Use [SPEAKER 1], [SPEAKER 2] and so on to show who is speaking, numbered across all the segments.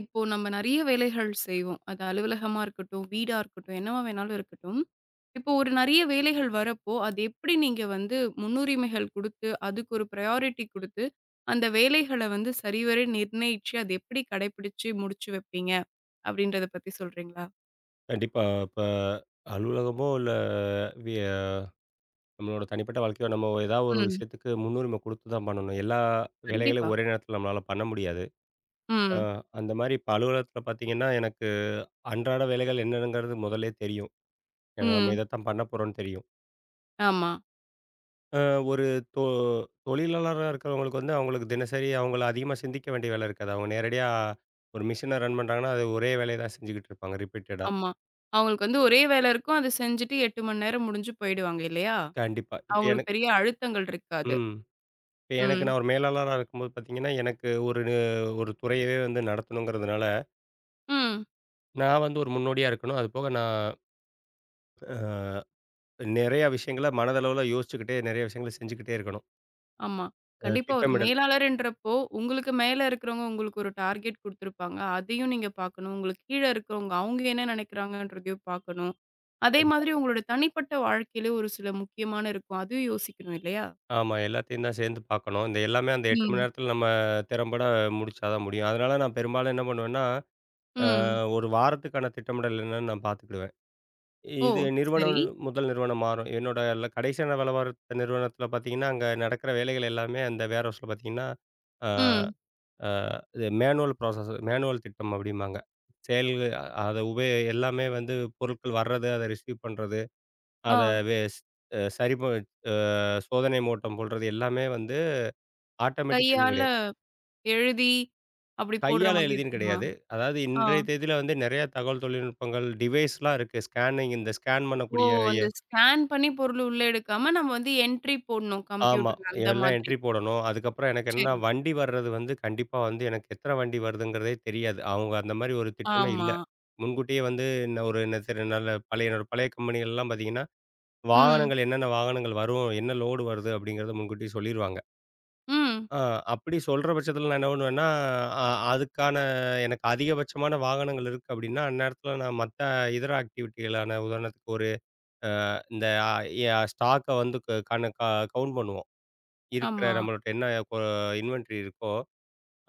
[SPEAKER 1] இப்போ நம்ம நெறைய வேலைகள் செய்வோம். அது அலுவலகமா இருக்கட்டும், வீடா இருக்கட்டும், என்னவா வேணாலும் இருக்கட்டும். இப்போ ஒரு நெறைய வேலைகள் வரப்போ, அது எப்படி நீங்க முன்னுரிமைகள் குடுத்து, அதுக்கு ஒரு ப்ரையாரிட்டி குடுத்து, அந்த வேலைகள சரிவர நிர்ணயிச்சு, அத எப்படி கடைபிடிச்சு முடிச்சு வைப்பீங்க? அப்படின்றத பத்தி சொல்றீங்களா?
[SPEAKER 2] கண்டிப்பா. இப்ப அலுவலகமோ, இல்ல விய நம்மளோட தனிப்பட்ட வாழ்க்கையோ, நம்ம ஏதாவது ஒரு
[SPEAKER 1] ம்.
[SPEAKER 2] விஷயத்துக்கு முன்னுரிமை குடுத்து தான் பண்ணணும். எல்லா வேலைகளையும்
[SPEAKER 1] கண்டிப்பா.
[SPEAKER 2] ஒரே நேரத்தில நம்மளால பண்ண முடியாது. அ
[SPEAKER 1] ம்.
[SPEAKER 2] அந்த மாரி இப்ப அலுவலகத்தில பார்த்தீங்கன்னா, எனக்கு அன்றாட வேலைகள் என்னங்கிறது முதல்லயே தெரியும். ஏன்னா, நம்ம
[SPEAKER 1] ம்.
[SPEAKER 2] இதத்தான் பண்ண போறோம்ன்னு தெரியும்.
[SPEAKER 1] ஆமா,
[SPEAKER 2] அ ஒரு தொ தொழிலாளரா இருக்கிறவங்களுக்கு வந்து, அவங்களுக்கு தினசரி அவங்கள அதிகமா சிந்திக்க வேண்டிய வேலை இருக்காது. அவங்க நேரடியா ஒரு மிஷின ரன் பண்றாங்கன்னா, அது ஒரே வேலைய தான் செஞ்சுகிட்டு இருப்பாங்க ரிப்பீட்டடா.
[SPEAKER 1] ஆமா. அவங்களுக்கு ஒரே வேலை இருக்கும். அத செஞ்சுட்டு 8 மணி நேரம் முடிஞ்சு போயிடுவாங்க இல்லையா?
[SPEAKER 2] கண்டிப்பா. இப்ப
[SPEAKER 1] அவங்களுக்கு
[SPEAKER 2] எனக்கு
[SPEAKER 1] பெரிய அழுத்தங்கள் இருக்காது.
[SPEAKER 2] ம். இப்ப எனக்கு
[SPEAKER 1] ம்.
[SPEAKER 2] நான் ஒரு மேலாளரா இருக்கும்போது பார்த்தீங்கன்னா, எனக்கு ஒரு துறையவே வந்து நடத்தணுங்கிறதுனால,
[SPEAKER 1] ம்.
[SPEAKER 2] நான் வந்து ஒரு முன்னோடியா இருக்கணும். அதுபோக நான் அ நெறையா விஷயங்கள மனதளவுல யோசிச்சுக்கிட்டே நெறைய விஷயங்கள செஞ்சுக்கிட்டே இருக்கணும்.
[SPEAKER 1] ஆமா.
[SPEAKER 2] அ
[SPEAKER 1] கண்டிப்பா ஒரு
[SPEAKER 2] திட்டமிடல்
[SPEAKER 1] மேலாளர்ன்றப்போ, உங்களுக்கு மேல இருக்கிறவங்க உங்களுக்கு ஒரு டார்கெட் குடுத்துருப்பாங்க. அதையும் நீங்க பார்க்கணும். உங்களுக்கு கீழ இருக்கிறவங்க அவங்க என்ன நினைக்கிறாங்கன்றதையும் பார்க்கணும். அதே
[SPEAKER 2] கண்டிப்பா.
[SPEAKER 1] மாதிரி உங்களோட தனிப்பட்ட வாழ்க்கையில ஒரு சில முக்கியமான இருக்கும். அதுவும் யோசிக்கணும் இல்லையா?
[SPEAKER 2] ஆமா, எல்லாத்தையும் தான் சேர்ந்து பார்க்கணும். இந்த எல்லாமே அந்த 8 மணி
[SPEAKER 1] ம்.
[SPEAKER 2] நேரத்தில நம்ம திறம்பட முடிச்சா தான் முடியும். அதனால நான் பெரும்பாலும் என்ன பண்ணுவேன்னா, அ
[SPEAKER 1] ம்.
[SPEAKER 2] ஒரு வாரத்துக்கான திட்டமிடல் என்னன்னு நான் பார்த்துக்கிடுவேன்.
[SPEAKER 1] ஓ!
[SPEAKER 2] இது நிறுவனம்
[SPEAKER 1] சரி.
[SPEAKER 2] முதல் நிறுவனம் மாறும். என்னோட கடைசியான வேலை பார்த்த நிறுவனத்தில பார்த்தீங்கன்னா, அங்க நடக்கிற வேலைகள் எல்லாமே அந்த வேர் ஹவுஸ்ல பார்த்தீங்கன்னா, ஆ
[SPEAKER 1] ம்.
[SPEAKER 2] ஆ இது மேனுவல் ப்ராசஸ் மேனுவல் திட்டம் அப்படிம்பாங்க. செயல் அத எல்லாமே வந்து பொருட்கள் வர்றது, அத ரிசீவ் பண்றது,
[SPEAKER 1] ஆ.
[SPEAKER 2] அத வேஸ் அ சரி ப அ சோதனை ஓட்டம் போடுறது எல்லாமே வந்து ஆட்டோமேட்டிக் எதுவும்
[SPEAKER 1] கையால
[SPEAKER 2] கிடையாது.
[SPEAKER 1] எழுதி அப்படி போடுற
[SPEAKER 2] கையால
[SPEAKER 1] மாரி
[SPEAKER 2] எழுதின்னு
[SPEAKER 1] இருக்குமா?
[SPEAKER 2] கிடையாது. அதாவது
[SPEAKER 1] ஆ.
[SPEAKER 2] இன்றைய தேதியில வந்து நெறைய தகவல் தொழில்நுட்பங்கள் டிவைஸ்லாம் இருக்கு. ஸ்கேனிங் இந்த ஸ்கேன்
[SPEAKER 1] ஓ!
[SPEAKER 2] பண்ணக்கூடிய
[SPEAKER 1] அந்த ஸ்கேன் பண்ணி பொருள் உள்ள எடுக்காம நம்ம என்ட்ரி போடணும்
[SPEAKER 2] ஆமா.
[SPEAKER 1] கம்ப்யூட்டர்ல அந்த
[SPEAKER 2] எல்லாம்
[SPEAKER 1] மாதிரி.
[SPEAKER 2] என்ட்ரி போடணும். அதுக்கப்புறம் எனக்கு என்னன்னா,
[SPEAKER 1] சரி.
[SPEAKER 2] வண்டி வர்றது வந்து கண்டிப்பா வந்து எனக்கு எத்தன வண்டி வருதுங்கிறதே தெரியாது. அவங்க அந்த மாரி ஒரு திட்டமே இல்ல.
[SPEAKER 1] ஆமா.
[SPEAKER 2] முன்கூட்டியே வந்து இன்ன ஒரு என்ன சில நல்ல பழைய என்னோட பழைய கம்பெனிகள்லாம் பார்த்தீங்கன்னா,
[SPEAKER 1] ம்.
[SPEAKER 2] என்னென்ன வாகனங்கள் வரும், என்ன லோடு வருது அப்படிங்கிறத முன்கூட்டியே சொல்லிருவாங்க.
[SPEAKER 1] ம்.
[SPEAKER 2] ஆ அப்படி சொல்ற பட்சத்தில நான் என்ன பண்ணுவேன்னா, அ அதுக்கான எனக்கு அதிகபட்சமான வாகனங்கள் இருக்கு அப்படின்னா, அந்நேரத்தில நான் இதர ஆக்டிவிட்டிகளான உதாரணத்துக்கு ஒரு இந்த அ எ ஸ்டாக்க வந்து க கண க கவுண்ட் பண்ணுவோம். இருக்கிற
[SPEAKER 1] ஆமா,
[SPEAKER 2] நம்மள்ட்ட என்ன கொ இன்வென்டரி இருக்கோ,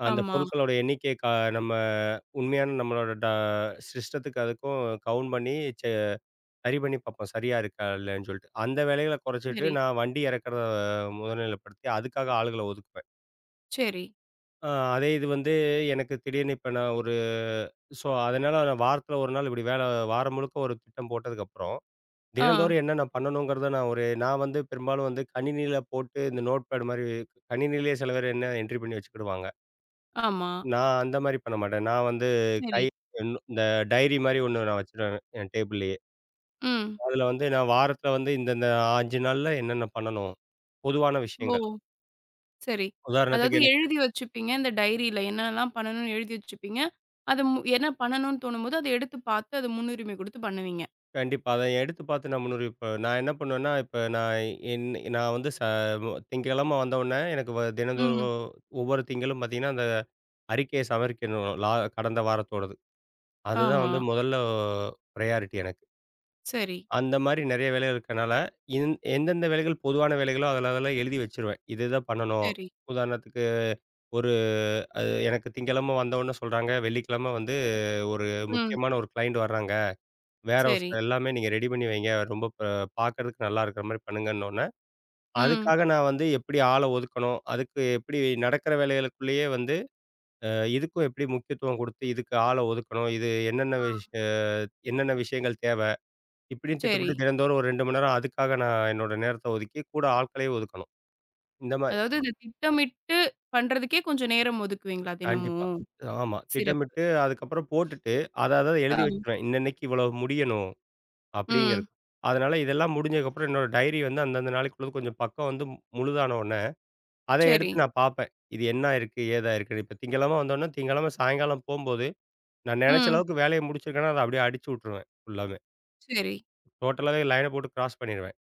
[SPEAKER 2] அந்த
[SPEAKER 1] ஆமா.
[SPEAKER 2] பொருட்களோட எண்ணிக்கைய கா நம்ம உண்மையான நம்மளோட சிஸ்டத்துக்கு அதுக்கும் கவுண்ட் பண்ணி செ சரி பண்ணி பார்ப்போம். சரியா இருக்கா இல்லைன்னு சொல்லிட்டு. அந்த வேலைகள குறைச்சிட்டு
[SPEAKER 1] சரி,
[SPEAKER 2] நான் வண்டி இறக்கிறத முதல்நிலைப்படுத்தி அதுக்காக ஆளுகள ஒதுக்குவேன்.
[SPEAKER 1] சரி.
[SPEAKER 2] அ அதே இது வந்து எனக்கு திடீர்னு இப்ப நான் ஒரு ஸோ அதனால நான் வாரத்தில ஒரு நாள் இப்படி வேல வாரம் முழுக்க ஒரு திட்டம் போட்டதுக்கப்புறம்
[SPEAKER 1] ஆ,
[SPEAKER 2] தினந்தோறும் என்னென்ன பண்ணணுங்கிறத நான் வந்து பெரும்பாலும் வந்து கணினியில போட்டு இந்த நோட்பேட் மாரி கணினியிலேயே சில பேர் என்ன என்ட்ரி பண்ணி வச்சுக்கிடுவாங்க.
[SPEAKER 1] ஆமா.
[SPEAKER 2] நான் அந்த மாரி பண்ண மாட்டேன். நான் வந்து கை
[SPEAKER 1] சரி.
[SPEAKER 2] இன் இந்த டைரி மாரி ஒண்ணு நான் வச்சுருவேன் என் டேபிள்லேயே.
[SPEAKER 1] ம்.
[SPEAKER 2] அதில வந்து நான் வாரத்தில வந்து இந்தந்த 5 நாள்ல என்னென்ன பண்ணணும்? பொதுவான
[SPEAKER 1] ஓ!
[SPEAKER 2] விஷயங்கள்.
[SPEAKER 1] சரி. அதாவது
[SPEAKER 2] உதாரணத்துக்கு எனக்கு
[SPEAKER 1] எழுதி வச்சுப்பீங்க. இந்த டைரியில என்னலாம் பண்ணணும்னு எழுதி வச்சுப்பீங்க. அது மு என்ன பண்ணணும்னு தோணும்போது, அத எடுத்து பார்த்து அத முன்னுரிமை குடுத்து பண்ணுவீங்க.
[SPEAKER 2] கண்டிப்பா. அத எடுத்து பார்த்து நான் முன்னுரிமை இப்ப நான் என்ன பண்ணுவேன்னா, இப்ப என் நான் திங்கட்கிழமை வந்தவுடனே எனக்கு தினந்தோறும்
[SPEAKER 1] ம்.
[SPEAKER 2] ஒவ்வொரு திங்களும் பார்த்தீங்கன்னா, அந்த அறிக்கையை சமர்க்கணும். கடந்த வாரத்தோடது. அதுதான்
[SPEAKER 1] ஆமா.
[SPEAKER 2] வந்து முதல்ல பிரையாரிட்டி எனக்கு.
[SPEAKER 1] சரி,
[SPEAKER 2] அந்த மாரி நெறைய வேலைகள் இருக்கனால, எந்தெந்த வேலைகள் பொதுவான வேலைகளோ, அதுல அதெல்லாம் எழுதி வச்சுருவேன். இது இத பண்ணணும்.
[SPEAKER 1] சரி.
[SPEAKER 2] உதாரணத்துக்கு ஒரு அது எனக்கு திங்கட்கிழமை வந்தவுடனே சொல்றாங்க, வெள்ளிக்கிழமை வந்து ஒரு
[SPEAKER 1] ம்.
[SPEAKER 2] முக்கியமான ஒரு கிளையண்ட் வர்றாங்க. வேர் ஹவுஸ்
[SPEAKER 1] சரி.
[SPEAKER 2] எல்லாமே நீங்க ரெடி பண்ணி வைங்க. ரொம்ப ப பார்க்கறதுக்கு நல்லா இருக்கிற மாரி பண்ணுங்கன்னோன்னே,
[SPEAKER 1] ம்.
[SPEAKER 2] அதுக்காக நான் வந்து எப்படி ஆள ஒதுக்கணும்? அதுக்கு எப்படி நடக்கிற வேலைகளுக்குள்ளேயே வந்து, அ இதுக்கும் எப்படி முக்கியத்துவம் குடுத்து இதுக்கு ஆள ஒதுக்கணும்? இது என்னென்ன
[SPEAKER 1] ஆ.
[SPEAKER 2] விஷ் அ என்னென்ன விஷயங்கள் தேவ? இப்படின்னு
[SPEAKER 1] சரி.
[SPEAKER 2] திட்டமிட்டு தினந்தோறும் ஒரு 2 மணி நேரம் அதுக்காக நான் என்னோட நேரத்த ஒதுக்கி, கூட ஆட்களையும் ஒதுக்கணும். இந்த மாரி
[SPEAKER 1] அதாவது இந்த திட்டமிட்டு பண்றதுக்கே கொஞ்சம் நேரம் ஒதுக்குவீங்களா
[SPEAKER 2] கண்டிப்பா.
[SPEAKER 1] தினமும்?
[SPEAKER 2] ஆமா.
[SPEAKER 1] சிறப்பு.
[SPEAKER 2] திட்டமிட்டு அதுக்கப்புறம் போட்டுட்டு, அத அத எழுதி
[SPEAKER 1] ஆ.
[SPEAKER 2] வச்சுருவேன். இன்னன்னைக்கு இவ்வளவு முடியணும்.
[SPEAKER 1] ம்.
[SPEAKER 2] அப்படிங்கிறது. அதனால இதெல்லாம் முடிஞ்சதுக்கப்புறம் என்னோட டைரி வந்து அந்தந்த நாளைக்குள்ளது கொஞ்சம் பக்கம் வந்து முழுதான உடனே, அதை
[SPEAKER 1] சரி.
[SPEAKER 2] எடுத்து நான் பார்ப்பேன். இது என்ன இருக்கு? ஏதா இருக்குன்னு. இப்ப திங்கள்கிழமை வந்தோனே, திங்கள்கிழமை சாயங்காலம் போம்போது, நான் நெனைச்ச
[SPEAKER 1] ம்.
[SPEAKER 2] அளவுக்கு வேலைய முடிச்சிருக்கேன்னா, அத அப்படியே அடிச்சு விட்டுருவேன் ஃபுல்லாமே.
[SPEAKER 1] சரி.
[SPEAKER 2] டோட்டலாவே லைன போட்டு கிராஸ் பண்ணிருவேன்.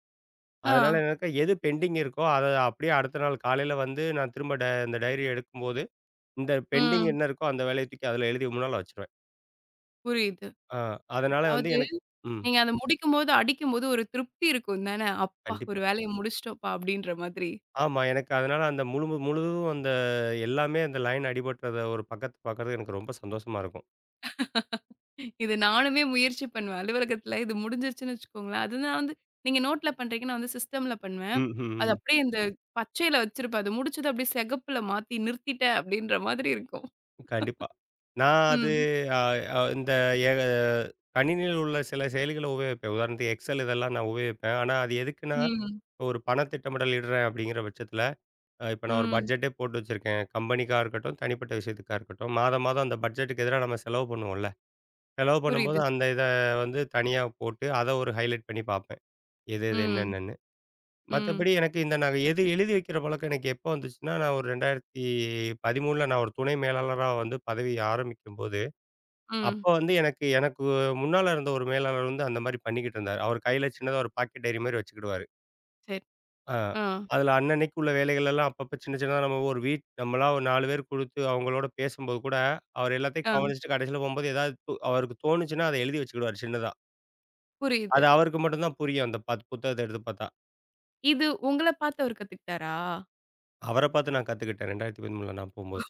[SPEAKER 1] ஆ.
[SPEAKER 2] அதனால எனக்கு எது பெண்டிங் இருக்கோ, அத அப்படியே அடுத்த நாள் காலையில வந்து நான் திரும்ப இந்த டைரிய எடுக்கும்போது, இந்த பெண்டிங்
[SPEAKER 1] ம்.
[SPEAKER 2] என்ன இருக்கோ அந்த வேலைய தூக்கி அதில எழுதி முன்னால வச்சுருவேன்.
[SPEAKER 1] புரியுது.
[SPEAKER 2] ஆ அதனால வந்து
[SPEAKER 1] அதாவது
[SPEAKER 2] எனக்கு ம்.
[SPEAKER 1] நீங்க அத முடிக்கும்போது, அடிக்கும்போது ஒரு திருப்தி இருக்கும் தானே? "அப்பா! ஒரு
[SPEAKER 2] கண்டிப்பா.
[SPEAKER 1] வேலைய முடிச்சுட்டோம்ப்பா" அப்படின்ற மாதிரி.
[SPEAKER 2] ஆமா. எனக்கு அதனால அந்த முழுதும் அந்த எல்லாமே அந்த லைன் அடிபடுறத ஒரு பக்கத்து பார்க்கறது எனக்கு ரொம்ப சந்தோஷமா இருக்கும்.
[SPEAKER 1] இது நானுமே முயற்சி பண்ணுவேன். அலுவலகத்துல இது முடிஞ்சிருச்சுன்னு வச்சுக்கோங்களேன், அது நான் வந்து நீங்க நோட்ல பண்றீங்க, நான் சிஸ்டம்ல பண்ணுவேன்.
[SPEAKER 2] ம்ஹ்ம்.
[SPEAKER 1] அது அப்படியே இந்த பச்சையில வச்சிருப்பேன். அது முடிச்சது அப்படியே சிகப்புல மாத்தி நிறுத்திட்டேன் அப்படின்ற மாதிரி இருக்கும்.
[SPEAKER 2] கண்டிப்பா. நான் அது
[SPEAKER 1] ம்,
[SPEAKER 2] அ அ இந்த எ கணினியில் உள்ள சில செயலிகள உபயோகிப்பேன். உதாரணத்துக்கு எக்ஸல் இதெல்லாம் நான் உபயோகிப்பேன். ஆனா அது எதுக்குன்னா,
[SPEAKER 1] ம்,
[SPEAKER 2] இப்ப ஒரு பண திட்டமிடல் இடுறேன் அப்படிங்கிற பட்சத்தில, இப்ப நான் ஒரு
[SPEAKER 1] ம்.
[SPEAKER 2] பட்ஜெட்டே போட்டு வச்சிருக்கேன். கம்பெனிக்கா இருக்கட்டும், தனிப்பட்ட விஷயத்துக்கா இருக்கட்டும். மாதம் மாதம் அந்த பட்ஜெட்டுக்கு எதிரா நம்ம செலவு பண்ணுவோம்ல. செலவு பண்ணும்போது
[SPEAKER 1] புரியுது.
[SPEAKER 2] அந்த வந்து தனியா போட்டு, அத ஒரு ஹைலைட் பண்ணி பார்ப்பேன். எது எது
[SPEAKER 1] ம்,
[SPEAKER 2] என்னென்னன்னு.
[SPEAKER 1] ம்,
[SPEAKER 2] மத்தபடி எனக்கு இந்த நான் எது எழுதி வைக்கிற பழக்கம் எனக்கு எப்போ வந்துச்சுன்னா, நான் ஒரு 2013ல நான் ஒரு துணை மேலாளரா வந்து பதவி ஆரம்பிக்கும்போது, அப்ப
[SPEAKER 1] ம்.
[SPEAKER 2] வந்து எனக்கு எனக்கு முன்னால இருந்த ஒரு மேலாளர் வந்து அந்த மாரி பண்ணிக்கிட்டு இருந்தாரு. அவர் கையில சின்னதா ஒரு பாக்கெட் டைரி மாரி வச்சுக்கிடுவாரு.
[SPEAKER 1] சரி.
[SPEAKER 2] ஆ
[SPEAKER 1] ஆ,
[SPEAKER 2] அதுல அன்னன்னைக்கு உள்ள வேலைகள் எல்லாம் அப்பப்ப சின்ன சின்னதா நம்ம ஒரு வீட் நம்மளா ஒரு 4 பேர் குடுத்து அவங்களோட பேசும்போது கூட, அவர் எல்லாத்தையும்
[SPEAKER 1] ஆ.
[SPEAKER 2] கவனிச்சுட்டு கடைசியில போம்போது ஏதாவது அவருக்கு தோணுச்சுன்னா அத எழுதி வச்சுக்கிடுவாரு சின்னதா.
[SPEAKER 1] புரியுது.
[SPEAKER 2] அது அவருக்கு மட்டும் தான் புரியும் அந்த 10 புத்தகத்த எடுத்து பாத்தா.
[SPEAKER 1] இது உங்கள பார்த்து அவரு கத்துக்கிட்டாரா?
[SPEAKER 2] அவர பாத்து நான் கத்துக்கிட்டேன் 2013ல நான் போம்போது.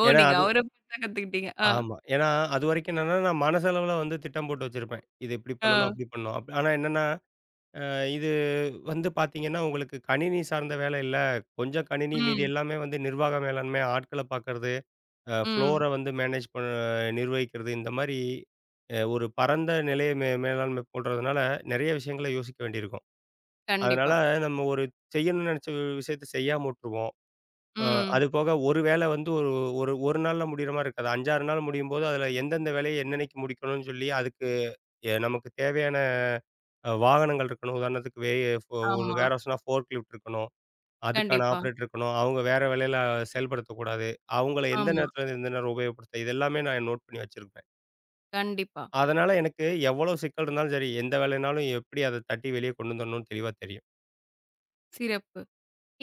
[SPEAKER 1] ஓ!
[SPEAKER 2] ஏன்னா
[SPEAKER 1] நீங்க
[SPEAKER 2] அது
[SPEAKER 1] அவர பார்த்து தான் கத்துக்கிட்டீங்க. ஆ,
[SPEAKER 2] ஆமா. ஏன்னா, அதுவரைக்கும் என்னன்னா, நான் மனசளவுல வந்து திட்டம் போட்டு வச்சிருப்பேன். இது இப்படி
[SPEAKER 1] ஆ.
[SPEAKER 2] பண்ணணும், அப்படி பண்ணணும். ஆனா என்னன்னா, அ இது வந்து பார்த்தீங்கன்னா, உங்களுக்கு கணினி சார்ந்த வேலை இல்ல. கொஞ்சம் கணினி மீதி
[SPEAKER 1] ம்.
[SPEAKER 2] எல்லாமே வந்து நிர்வாக மேலாண்மை, ஆட்கள பார்க்கறது, அ ஃப்ளோர
[SPEAKER 1] ம்.
[SPEAKER 2] வந்து மேனேஜ் ப நிர்வகிக்கிறது. இந்த மாரி அ ஒரு பரந்த நிலைய மேலாண்மை போன்றதுனால, நெறைய விஷயங்கள யோசிக்க வேண்டியிருக்கும். அதனால
[SPEAKER 1] கண்டிப்பா.
[SPEAKER 2] நம்ம ஒரு செய்யணும்னு நெனைச்ச விஷயத்த செய்யாம உட்டுருவோம். அ
[SPEAKER 1] ம்.
[SPEAKER 2] அது போக ஒரு வேல வந்து ஒரு ஒரு 1 நாள்ல முடியிற மாரி இருக்காது. 5, 6 நாள் முடியும்போது, அதுல எந்தெந்த வேலைய என்னன்னைக்கு முடிக்கணும்னு சொல்லி, அதுக்கு நமக்கு தேவையான வாகனங்கள் இருக்கணும். உதாரணத்துக்கு வே ஃபோ ஒரு
[SPEAKER 1] ஆமா.
[SPEAKER 2] வேர்ஹவுஸ்னா ஃபோர்க் லிஃப்ட் இருக்கணும். அதுக்கான
[SPEAKER 1] கண்டிப்பா.
[SPEAKER 2] ஆப்ரேட்டர் இருக்கணும். அவங்க வேற வேலையில செயல்படுத்தக்கூடாது. அவங்கள எந்த
[SPEAKER 1] ஆமா.
[SPEAKER 2] நேரத்துல இருந்து எந்த நேரம் உபயோகப்படுத்த இது எல்லாமே நான் நோட் பண்ணி வச்சிருப்பேன்.
[SPEAKER 1] கண்டிப்பா.
[SPEAKER 2] அதனால எனக்கு எவ்வளோ சிக்கல் இருந்தாலும் சரி, எந்த வேலைனாலும் எப்படி அத தட்டி வெளிய கொண்டு வந்துரணும்னு தெளிவா தெரியும்.
[SPEAKER 1] சிறப்பு.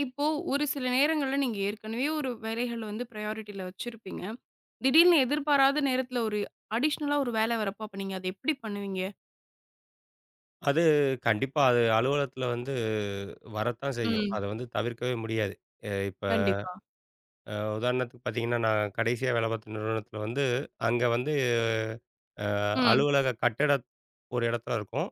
[SPEAKER 1] இப்போ ஒரு சில நேரங்கள்ல நீங்க ஏற்கனவே ஒரு வேலைகள் ப்ரையாரிட்டில வச்சிருப்பீங்க. திடீர்னு எதிர்பாராத நேரத்துல ஒரு அடிஷனலா ஒரு வேலை வரப்போ, அப்ப நீங்க அத எப்படி பண்ணுவீங்க?
[SPEAKER 2] அது கண்டிப்பா அது அலுவலகத்துல வந்து வரத்தான் செய்யும்.
[SPEAKER 1] ம்.
[SPEAKER 2] அத வந்து தவிர்க்கவே முடியாது. அ இப்ப
[SPEAKER 1] கண்டிப்பா.
[SPEAKER 2] அ உதாரணத்துக்கு பார்த்தீங்கன்னா, நான் கடைசியா வேலை பார்த்த நிறுவனத்தில வந்து, அங்க வந்து
[SPEAKER 1] ம்.
[SPEAKER 2] அலுவலக கட்டட ஒரு இடத்துல இருக்கும்.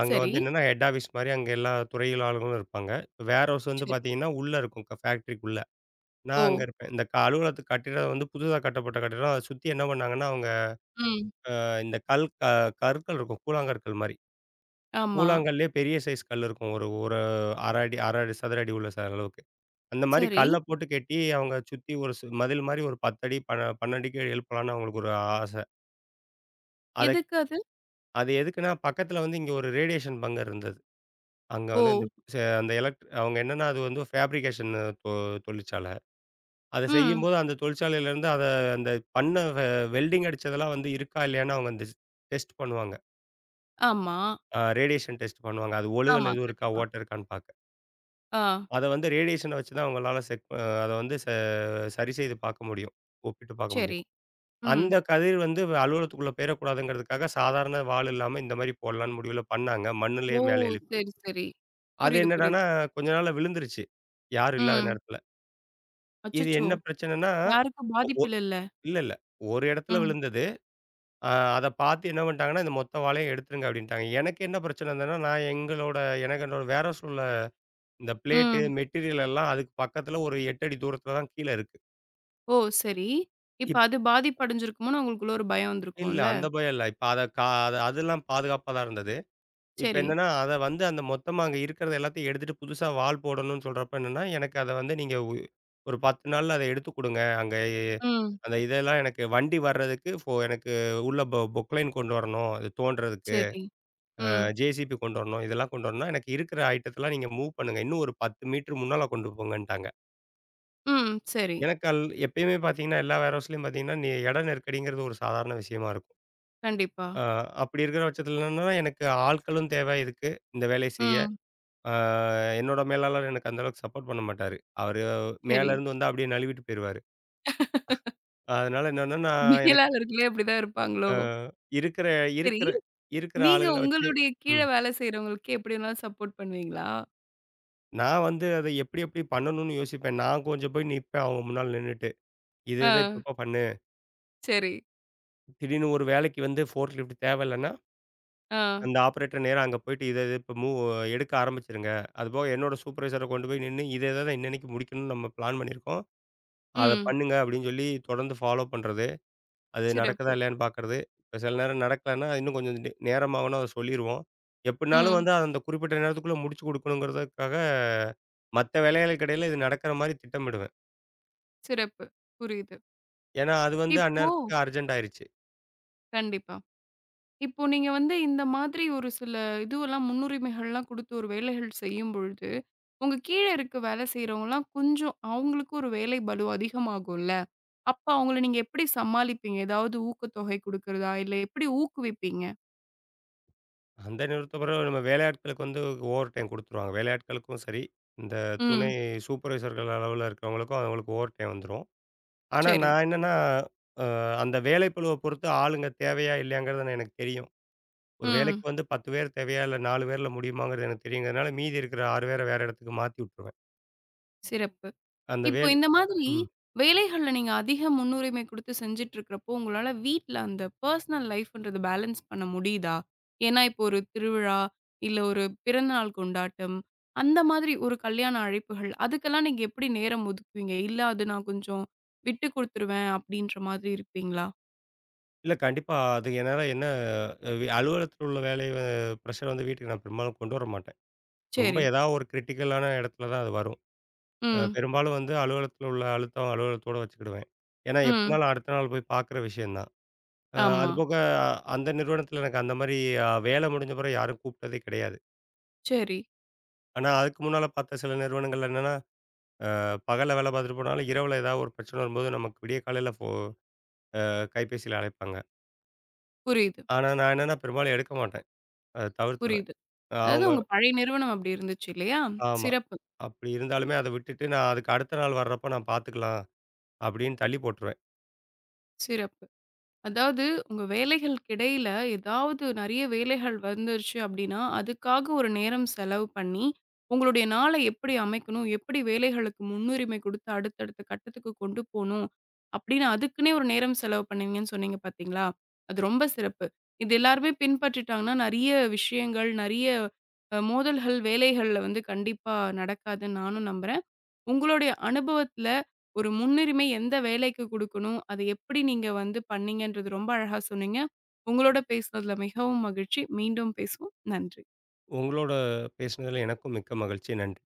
[SPEAKER 2] அங்க
[SPEAKER 1] சரி,
[SPEAKER 2] வந்து என்னன்னா, ஹெட் ஆஃபீஸ் மாரி அங்க எல்லா துறையில் ஆளுங்களும் இருப்பாங்க. வேர் ஹவுஸ் வந்து
[SPEAKER 1] சரி.
[SPEAKER 2] பார்த்தீங்கன்னா, உள்ள இருக்கும் ஃபேக்ட்ரிக்குள்ள.
[SPEAKER 1] ஓ!
[SPEAKER 2] நான் அங்க இருப்பேன். இந்த அலுவலகத்துக்கு கட்டிடம் வந்து புதுசா கட்டப்பட்ட கட்டிடம். அத சுத்தி என்ன பண்ணாங்கன்னா, அவங்க
[SPEAKER 1] ம்.
[SPEAKER 2] இந்த கல் க கற்கள் இருக்கும். கூழாங்கற்கள் மாரி.
[SPEAKER 1] ஆமா.
[SPEAKER 2] கூழாங்கல்லேயே பெரிய சைஸ் கல் இருக்கும். ஒரு ஒரு 1/2 அடி 1/2 சதுர அடி உள்ள அளவுக்கு. அந்த மாரி
[SPEAKER 1] சரி.
[SPEAKER 2] கல்ல போட்டு கெட்டி, அவங்க சுத்தி ஒரு மதில் மாரி ஒரு 10 அடி, 12 அடிக்கு எழுப்பலாம்ன்னு அவங்களுக்கு ஒரு ஆச. அத
[SPEAKER 1] எதுக்கு அது?
[SPEAKER 2] அது எதுக்குன்னா, பக்கத்துல வந்து இங்க ஒரு ரேடியேஷன் பங்கர் இருந்தது. அங்க
[SPEAKER 1] ஓ!
[SPEAKER 2] வந்து இந்த சே அந்த எலக்ட் அவங்க என்னன்னா, அது வந்து ஃபேப்ரிகேஷன் தொ தொழிற்சாலை. அத
[SPEAKER 1] ம்.
[SPEAKER 2] செய்யும்போது அந்த தொழிற்சாலையிலேருந்து அத அந்த பண்ண வெ வெல்டிங் அடிச்சதெல்லாம் வந்து இருக்கா, இல்லையான்னு அவங்க அந்த டெஸ்ட் பண்ணுவாங்க.
[SPEAKER 1] ஆமா,
[SPEAKER 2] ரேடியேஷன் டெஸ்ட் பண்ணுவாங்க. அது ஒழுகல்
[SPEAKER 1] ஆமா.
[SPEAKER 2] எதுவும் இருக்கா,
[SPEAKER 1] கண்டிப்பா.
[SPEAKER 2] ஓட்டை இருக்கான்னு பார்க்க.
[SPEAKER 1] ஆ.
[SPEAKER 2] அத வந்து ரேடியேஷன வச்சு தான் அவங்களால செக் அ அத வந்து ச சரி செய்து பார்க்க முடியும். ஒப்பிட்டு பார்க்க முடியும்.
[SPEAKER 1] சரி. ம்.
[SPEAKER 2] அந்த கதிர் வந்து அலுவலகத்துக்குள்ள போயிறக்கூடாதுங்கிறதுக்காக, சாதாரண வாள் இல்லாம இந்த மாரி போடலான்னு முடிவுல பண்ணாங்க.
[SPEAKER 1] ஓ!
[SPEAKER 2] மண்ணுலயே மேல எழுப்பி.
[SPEAKER 1] சரி, சரி.
[SPEAKER 2] அது
[SPEAKER 1] புரியுது,
[SPEAKER 2] என்னடான்னா,
[SPEAKER 1] புரியுது.
[SPEAKER 2] கொஞ்ச நாள்ல விழுந்துருச்சு. யாரும் இல்லாத
[SPEAKER 1] ம்.
[SPEAKER 2] நேரத்துல. இது
[SPEAKER 1] அச்சச்சோ!
[SPEAKER 2] என்ன பிரச்சனைன்னா,
[SPEAKER 1] யாருக்கும்
[SPEAKER 2] ஒ ஒ
[SPEAKER 1] பாதிப்பு இல்லல்ல.
[SPEAKER 2] இல்ல, இல்ல. ஒரு இடத்துல
[SPEAKER 1] ம்,
[SPEAKER 2] விழுந்தது. அ அத பார்த்து என்ன பண்ணிட்டாங்கன்னா, "இந்த மொத்த வாளையும் எடுத்துருங்க" அப்படின்ட்டாங்க. எனக்கு என்ன பிரச்சனை இருந்ததுன்னா, நான் எங்களோட எனக்கு என்னோட வேரஹவுஸ்ல உள்ள இந்த பிளேட்டு,
[SPEAKER 1] ம்.
[SPEAKER 2] மெட்டீரியல் எல்லாம் அதுக்கு பக்கத்துல ஒரு 8 அடி தூரத்துல தான் கீழ இருக்கு.
[SPEAKER 1] ஓ! சரி. இப்ப
[SPEAKER 2] இப்
[SPEAKER 1] அது பாதிப்படைஞ்சிருக்குமோன்னு உங்களுக்குள்ள ஒரு பயம்
[SPEAKER 2] இல்ல
[SPEAKER 1] வந்திருக்கும்ல.
[SPEAKER 2] அந்த பயம் இல்ல. இப்ப அத அதெல்லாம் பாதுகாப்பா தான் இருந்தது. இப்ப
[SPEAKER 1] சரி.
[SPEAKER 2] என்னன்னா, அத வந்து அந்த மொத்தமா அங்க இருக்கிறது எல்லாத்தையும் எடுத்துட்டு புதுசா வால் போடணும்னு சொல்றப்ப என்னன்னா, எனக்கு அத வந்து நீங்க உ ஒரு 10 நாள்ல அத எடுத்து குடுங்க. அங்க எ
[SPEAKER 1] ம்.
[SPEAKER 2] அந்த இதெல்லாம் எனக்கு வண்டி வர்றதுக்கு ஃபோ எனக்கு உள்ள பொக்லைன் கொண்டு வரணும். அது தோண்டுறதுக்கு,
[SPEAKER 1] சரி. ம்.
[SPEAKER 2] ஜேசிபி கொண்டு வரணும். இதெல்லாம் கொண்டு வரணும்னா, எனக்கு இருக்கிற ஐட்டத்தலாம் நீங்க மூவ் பண்ணுங்க. இன்னும் ஒரு 10 மீட்டர் முன்னால கொண்டு போங்கன்ட்டாங்க.
[SPEAKER 1] ம். சரி.
[SPEAKER 2] எனக்கு அல் எப்பயுமே பார்த்தீங்கன்னா, எல்லா வேர் ஹவுஸ்லயும் பார்த்தீங்கன்னா, இட நெருக்கடிங்கிறது ஒரு சாதாரண விஷயமா இருக்கும்.
[SPEAKER 1] கண்டிப்பா.
[SPEAKER 2] அ அப்படி இருக்கிற பட்சத்துல என்னன்னா, எனக்கு ஆட்களும் தேவை இதுக்கு, இந்த வேலைய செய்ய.
[SPEAKER 1] ம்.
[SPEAKER 2] ஆ என்னோட மேலாளர் எனக்கு அந்த அளவுக்கு சப்போர்ட் பண்ண மாட்டாரு. அவரு
[SPEAKER 1] சரி.
[SPEAKER 2] மேல இருந்து வந்தா அப்படியே நழுவிட்டு போயிருவாரு. அதனால என்னன்னா, நான் எனக்கு
[SPEAKER 1] மேலாளர்களே அப்படிதான் இருப்பாங்களோ?
[SPEAKER 2] அ இருக்கிற
[SPEAKER 1] சரி.
[SPEAKER 2] இருக்கிற இருக்கிற
[SPEAKER 1] நீங்க
[SPEAKER 2] ஆளுகள வச்சு
[SPEAKER 1] உங்களுடைய கீழ
[SPEAKER 2] ம்.
[SPEAKER 1] வேலை செய்றவங்களுக்கு எப்படினாலும் சப்போர்ட் பண்ணுவீங்களா?
[SPEAKER 2] நான் வந்து அத எப்படி எப்படி பண்ணணும்னு யோசிப்பேன். நான் கொஞ்சம் போய் நிப்பேன் அவங்க முன்னால நின்னுட்டு. இத
[SPEAKER 1] ஆ.
[SPEAKER 2] இத இப்பப்ப பண்ணு.
[SPEAKER 1] சரி.
[SPEAKER 2] திடீர்னு ஒரு வேலைக்கு வந்து ஃபோர்க் லிஃப்ட் தேவையில்லன்னா,
[SPEAKER 1] ஆ.
[SPEAKER 2] அந்த ஆப்பரேட்டர் நேரா அங்க போயிட்டு இத இத இப்ப மூவ் எடுக்க ஆரம்பிச்சுருங்க. அதுபோக என்னோட சூப்பர்வைசர கொண்டு போய் நின்னு இத இத தான் இன்னன்னைக்கு முடிக்கணும்னு நம்ம பிளான் பண்ணியிருக்கோம். அத
[SPEAKER 1] ம்.
[SPEAKER 2] பண்ணுங்க அப்படின்னு சொல்லி தொடர்ந்து ஃபாலோ பண்றது. அது நடக்குதா
[SPEAKER 1] சிறப்பு.
[SPEAKER 2] இல்லையான்னு பார்க்கறது. இப்ப சில நேரம் நடக்கலன்னா, இன்னும் கொஞ்சம் நேரமாகும்னா அத சொல்லிருவோம். எப்டினாலும்
[SPEAKER 1] ம்.
[SPEAKER 2] வந்து அந்த குறிப்பிட்ட நேரத்துக்குள்ள முடிச்சு குடுக்கணுங்கிறதுக்காக, மத்த வேலைகளுக்கு இடையில இது நடக்கிற மாரி திட்டமிடுவேன்.
[SPEAKER 1] சிறப்பு. புரியுது.
[SPEAKER 2] ஏன்னா, அது வந்து
[SPEAKER 1] இப்போ
[SPEAKER 2] அந்நேரத்துக்கு அர்ஜெண்ட் ஆயிருச்சு.
[SPEAKER 1] கண்டிப்பா. இப்போ நீங்க இந்த மாதிரி ஒரு சில இதுவெல்லாம் முன்னுரிமைகள்லாம் குடுத்து ஒரு வேலைகள் செய்யும் பொழுது, உங்க கீழ இருக்க வேலை செய்றவங்கலாம் கொஞ்சம் அவங்களுக்கு ஒரு வேலை பளு அதிகமாகும்ல. அப்ப அவங்கள நீங்க எப்படி சமாளிப்பீங்க? ஏதாவது ஊக்கத்தொகை குடுக்கிறதா? இல்ல எப்படி ஊக்குவிப்பீங்க?
[SPEAKER 2] அந்த நிறுத்த பிறகு நம்ம வேலையாட்களுக்கு வந்து ஓவர் டைம் குடுத்துருவாங்க. வேலையாட்களுக்கும் சரி, இந்த துணை
[SPEAKER 1] ம்.
[SPEAKER 2] சூப்பர்வைசர்கள் அளவுல இருக்கிறவங்களுக்கும் அவங்களுக்கு ஓவர் டைம் வந்துரும். ஆனா,
[SPEAKER 1] சரி.
[SPEAKER 2] நான் என்னன்னா, அ அந்த வேலைப்பளுவ பொறுத்து ஆளுங்க தேவையா இல்லையாங்கிறது நான் எனக்கு தெரியும். ஒரு வேலைக்கு
[SPEAKER 1] ம்.
[SPEAKER 2] வந்து 10 பேர் தேவையா? இல்ல 4 பேர்ல முடியுமாங்கிறது எனக்கு தெரியுங்கிறதுனால, மீதி இருக்கிற 6 பேர வேற இடத்துக்கு மாத்தி விட்டுருவேன்.
[SPEAKER 1] சிறப்பு.
[SPEAKER 2] அந்த
[SPEAKER 1] இப்போ
[SPEAKER 2] வேலை
[SPEAKER 1] இந்த மாதிரி
[SPEAKER 2] ம்.
[SPEAKER 1] வேலைகள்ல நீங்க அதிக முன்னுரிமை குடுத்து செஞ்சுட்டுருக்கிறப்போ, உங்களால வீட்ல அந்த பர்சனல் லைஃப்ன்றது பேலன்ஸ் பண்ண முடியுதா? ஏன்னா, இப்போ ஒரு திருவிழா, இல்ல ஒரு பிறந்தநாள் கொண்டாட்டம், அந்த மாதிரி ஒரு கல்யாண அழைப்புகள், அதுக்கெல்லாம் நீங்க எப்படி நேரம் ஒதுக்குவீங்க? இல்ல அது நான் கொஞ்சம் விட்டு குடுத்துருவேன் அப்படின்ற மாதிரி இருப்பீங்களா?
[SPEAKER 2] இல்ல கண்டிப்பா. அது என்னால என்ன அ வி அலுவலகத்தில உள்ள வேலை பிரஷர் வந்து வீட்டுக்கு நான் பெரும்பாலும் கொண்டு வர மாட்டேன். ரொம்ப
[SPEAKER 1] சரி.
[SPEAKER 2] ஏதாவது ஒரு கிரிட்டிக்கலான இடத்துல தான் அது வரும்.
[SPEAKER 1] ம்.
[SPEAKER 2] பெரும்பாலும் வந்து அலுவலகத்தில உள்ள அழுத்தம் அலுவலகத்தோட வச்சுக்கிடுவேன். ஏன்னா,
[SPEAKER 1] ம்.
[SPEAKER 2] எப்படினாலும் அடுத்த நாள் போய் பார்க்குற விஷயம் தான்.
[SPEAKER 1] ஆமா.
[SPEAKER 2] அதுபோக அந்த நிறுவனத்தில எனக்கு அந்த மாரி வேலை முடிஞ்ச பிறகு யாரும் கூப்பிட்டதே கிடையாது.
[SPEAKER 1] சரி.
[SPEAKER 2] ஆனா, அதுக்கு முன்னால பார்த்த சில நிறுவனங்கள்ல என்னன்னா பகல்ல வேலை பார்த்துட்டு போனாலும், இரவுல ஏதாவது ஒரு பிரச்சனை வரும்போது, நமக்கு விடிய காலையில கைபேசியில அழைப்பாங்க.
[SPEAKER 1] புரியுது,
[SPEAKER 2] ஆனா, நான் என்னன்னா பெரும்பாலும் எடுக்க மாட்டேன். அத தவிர்த்துருவேன்.
[SPEAKER 1] புரியுது. அதாவது
[SPEAKER 2] அவங்க
[SPEAKER 1] உங்க பழைய நிறுவனம் அப்படி இருந்துச்சு இல்லையா?
[SPEAKER 2] ஆமா.
[SPEAKER 1] சிறப்பு,
[SPEAKER 2] அப்படி இருந்தாலுமே அத விட்டுட்டு, நான் அதுக்கு அடுத்த நாள் வர்றப்ப பார்த்துக்கலாம், அப்படின்னு தள்ளி போட்டுருவேன்.
[SPEAKER 1] சிறப்பு. அதாவது உங்க வேலைகளுக்கு இடையில ஏதாவது நெறைய வேலைகள் வந்துருச்சு அப்டின்னா, அதுக்காக ஒரு நேரம் செலவு பண்ணி, உங்களுடைய நாள எப்படி அமைக்கணும்? எப்படி வேலைகளுக்கு முன்னுரிமை குடுத்து அடுத்தடுத்த கட்டத்துக்கு கொண்டு போணும்? அப்படின்னு அதுக்குன்னே ஒரு நேரம் செலவு பண்ணுவீங்கன்னு சொன்னீங்க பார்த்தீங்களா? அது ரொம்ப சிறப்பு. இது எல்லாருமே பின்பற்றிட்டாங்கன்னா, நெறைய விஷயங்கள், நெறைய மோதல்கள், வேலைகள்ல வந்து கண்டிப்பா நடக்காதுன்னு நானும் நம்புறேன். உங்களுடைய அனுபவத்துல ஒரு முன்னுரிமை எந்த வேலைக்கு குடுக்கணும்? அத எப்படி நீங்க பண்ணீங்கன்றது ரொம்ப அழகா சொன்னீங்க. உங்களோட பேசுனதுல மிகவும் மகிழ்ச்சி. மீண்டும் பேசுவோம். நன்றி.
[SPEAKER 2] உங்களோட பேசினதுல எனக்கும் மிக்க மகிழ்ச்சி. நன்றி.